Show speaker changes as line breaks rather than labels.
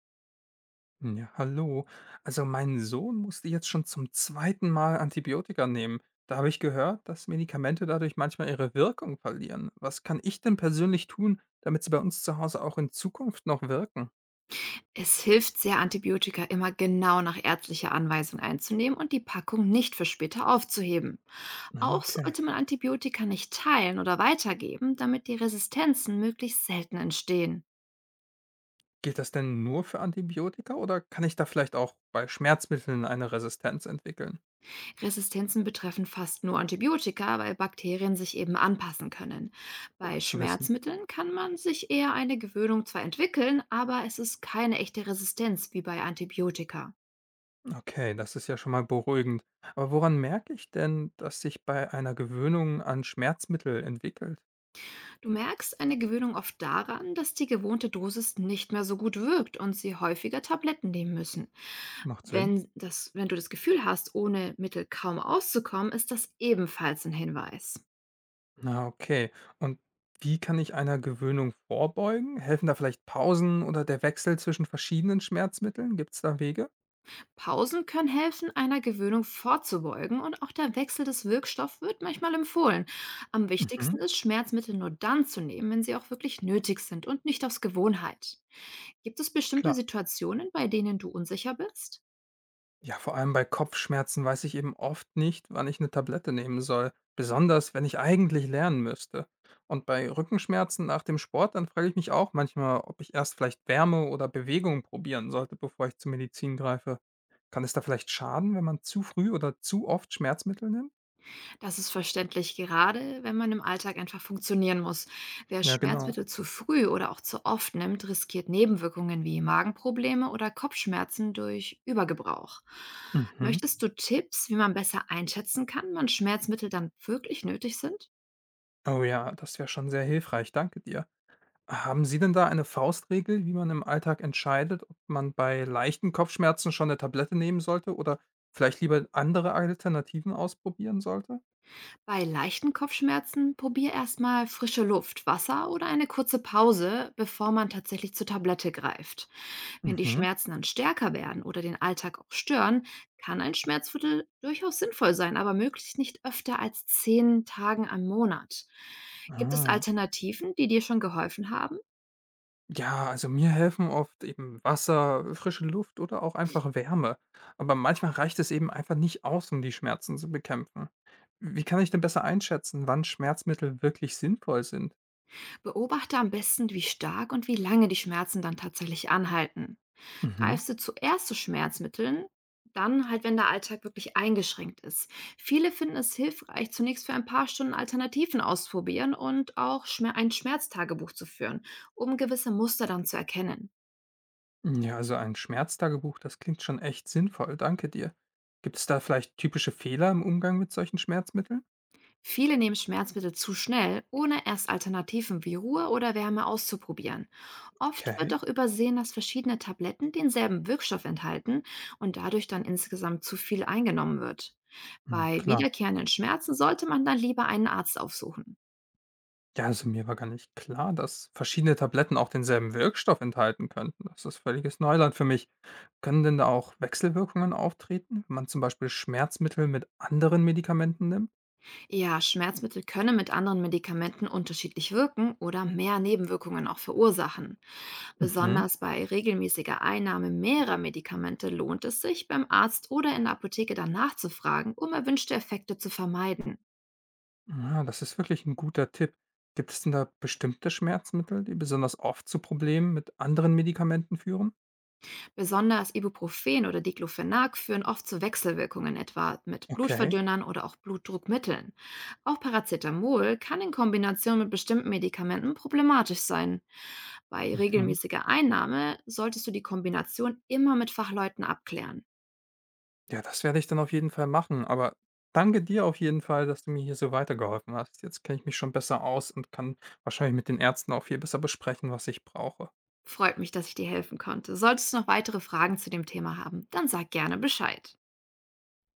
Hm, ja, hallo. Also mein Sohn musste jetzt schon zum 2. Mal Antibiotika nehmen. Da habe ich gehört, dass Medikamente dadurch manchmal ihre Wirkung verlieren. Was kann ich denn persönlich tun, damit sie bei uns zu Hause auch in Zukunft noch wirken?
Es hilft sehr, Antibiotika immer genau nach ärztlicher Anweisung einzunehmen und die Packung nicht für später aufzuheben.
Ah,
Auch
okay.
sollte man Antibiotika nicht teilen oder weitergeben, damit die Resistenzen möglichst selten entstehen.
Gilt das denn nur für Antibiotika oder kann ich da vielleicht auch bei Schmerzmitteln eine Resistenz entwickeln?
Resistenzen betreffen fast nur Antibiotika, weil Bakterien sich eben anpassen können. Bei
Gut zu wissen.
Schmerzmitteln kann man sich eher eine Gewöhnung zwar entwickeln, aber es ist keine echte Resistenz wie bei Antibiotika.
Okay, das ist ja schon mal beruhigend. Aber woran merke ich denn, dass sich bei einer Gewöhnung an Schmerzmittel entwickelt?
Du merkst eine Gewöhnung oft daran, dass die gewohnte Dosis nicht mehr so gut wirkt und sie häufiger Tabletten nehmen müssen.
Macht Sinn.
Wenn du das Gefühl hast, ohne Mittel kaum auszukommen, ist das ebenfalls ein Hinweis.
Na, okay. Und wie kann ich einer Gewöhnung vorbeugen? Helfen da vielleicht Pausen oder der Wechsel zwischen verschiedenen Schmerzmitteln? Gibt es da Wege?
Pausen können helfen, einer Gewöhnung vorzubeugen, und auch der Wechsel des Wirkstoffs wird manchmal empfohlen. Am wichtigsten
Mhm.
ist, Schmerzmittel nur dann zu nehmen, wenn sie auch wirklich nötig sind und nicht aus Gewohnheit. Gibt es bestimmte
Klar.
Situationen, bei denen du unsicher bist?
Ja, vor allem bei Kopfschmerzen weiß ich eben oft nicht, wann ich eine Tablette nehmen soll. Besonders, wenn ich eigentlich lernen müsste. Und bei Rückenschmerzen nach dem Sport, dann frage ich mich auch manchmal, ob ich erst vielleicht Wärme oder Bewegung probieren sollte, bevor ich zur Medizin greife. Kann es da vielleicht schaden, wenn man zu früh oder zu oft Schmerzmittel nimmt?
Das ist verständlich, gerade wenn man im Alltag einfach funktionieren muss. Wer
Ja, genau.
Schmerzmittel zu früh oder auch zu oft nimmt, riskiert Nebenwirkungen wie Magenprobleme oder Kopfschmerzen durch Übergebrauch.
Mhm.
Möchtest du Tipps, wie man besser einschätzen kann, wann Schmerzmittel dann wirklich nötig sind?
Oh ja, das wäre schon sehr hilfreich, danke dir. Haben Sie denn da eine Faustregel, wie man im Alltag entscheidet, ob man bei leichten Kopfschmerzen schon eine Tablette nehmen sollte oder vielleicht lieber andere Alternativen ausprobieren sollte?
Bei leichten Kopfschmerzen probier erstmal frische Luft, Wasser oder eine kurze Pause, bevor man tatsächlich zur Tablette greift. Wenn die
Mhm.
Schmerzen dann stärker werden oder den Alltag auch stören, kann ein Schmerzmittel durchaus sinnvoll sein, aber möglichst nicht öfter als 10 Tagen am Monat. Gibt es
Ah.
Alternativen, die dir schon geholfen haben?
Ja, also mir helfen oft eben Wasser, frische Luft oder auch einfach Wärme. Aber manchmal reicht es eben einfach nicht aus, um die Schmerzen zu bekämpfen. Wie kann ich denn besser einschätzen, wann Schmerzmittel wirklich sinnvoll sind?
Beobachte am besten, wie stark und wie lange die Schmerzen dann tatsächlich anhalten.
Mhm.
Greifst du zuerst zu Schmerzmitteln, dann halt, wenn der Alltag wirklich eingeschränkt ist. Viele finden es hilfreich, zunächst für ein paar Stunden Alternativen auszuprobieren und auch Schmer ein Schmerztagebuch zu führen, um gewisse Muster dann zu erkennen.
Hm, ja, also ein Schmerztagebuch, das klingt schon echt sinnvoll, danke dir. Gibt es da vielleicht typische Fehler im Umgang mit solchen Schmerzmitteln?
Viele nehmen Schmerzmittel zu schnell, ohne erst Alternativen wie Ruhe oder Wärme auszuprobieren. Oft wird
Okay,
auch übersehen, dass verschiedene Tabletten denselben Wirkstoff enthalten und dadurch dann insgesamt zu viel eingenommen wird.
hm,
Bei
klar.
wiederkehrenden Schmerzen sollte man dann lieber einen Arzt aufsuchen.
Ja, also mir war gar nicht klar, dass verschiedene Tabletten auch denselben Wirkstoff enthalten könnten. Das ist völliges Neuland für mich. Können denn da auch Wechselwirkungen auftreten, wenn man zum Beispiel Schmerzmittel mit anderen Medikamenten nimmt?
Ja, Schmerzmittel können mit anderen Medikamenten unterschiedlich wirken oder mehr Nebenwirkungen auch verursachen.
Mhm.
Besonders bei regelmäßiger Einnahme mehrerer Medikamente lohnt es sich, beim Arzt oder in der Apotheke danach zu fragen, um erwünschte Effekte zu vermeiden.
Ja, das ist wirklich ein guter Tipp. Gibt es denn da bestimmte Schmerzmittel, die besonders oft zu Problemen mit anderen Medikamenten führen?
Besonders Ibuprofen oder Diclofenac führen oft zu Wechselwirkungen, etwa mit
Okay.
Blutverdünnern oder auch Blutdruckmitteln. Auch Paracetamol kann in Kombination mit bestimmten Medikamenten problematisch sein. Bei
Mhm.
regelmäßiger Einnahme solltest du die Kombination immer mit Fachleuten abklären.
Ja, das werde ich dann auf jeden Fall machen, aber danke dir auf jeden Fall, dass du mir hier so weitergeholfen hast. Jetzt kenne ich mich schon besser aus und kann wahrscheinlich mit den Ärzten auch viel besser besprechen, was ich brauche.
Freut mich, dass ich dir helfen konnte. Solltest du noch weitere Fragen zu dem Thema haben, dann sag gerne Bescheid.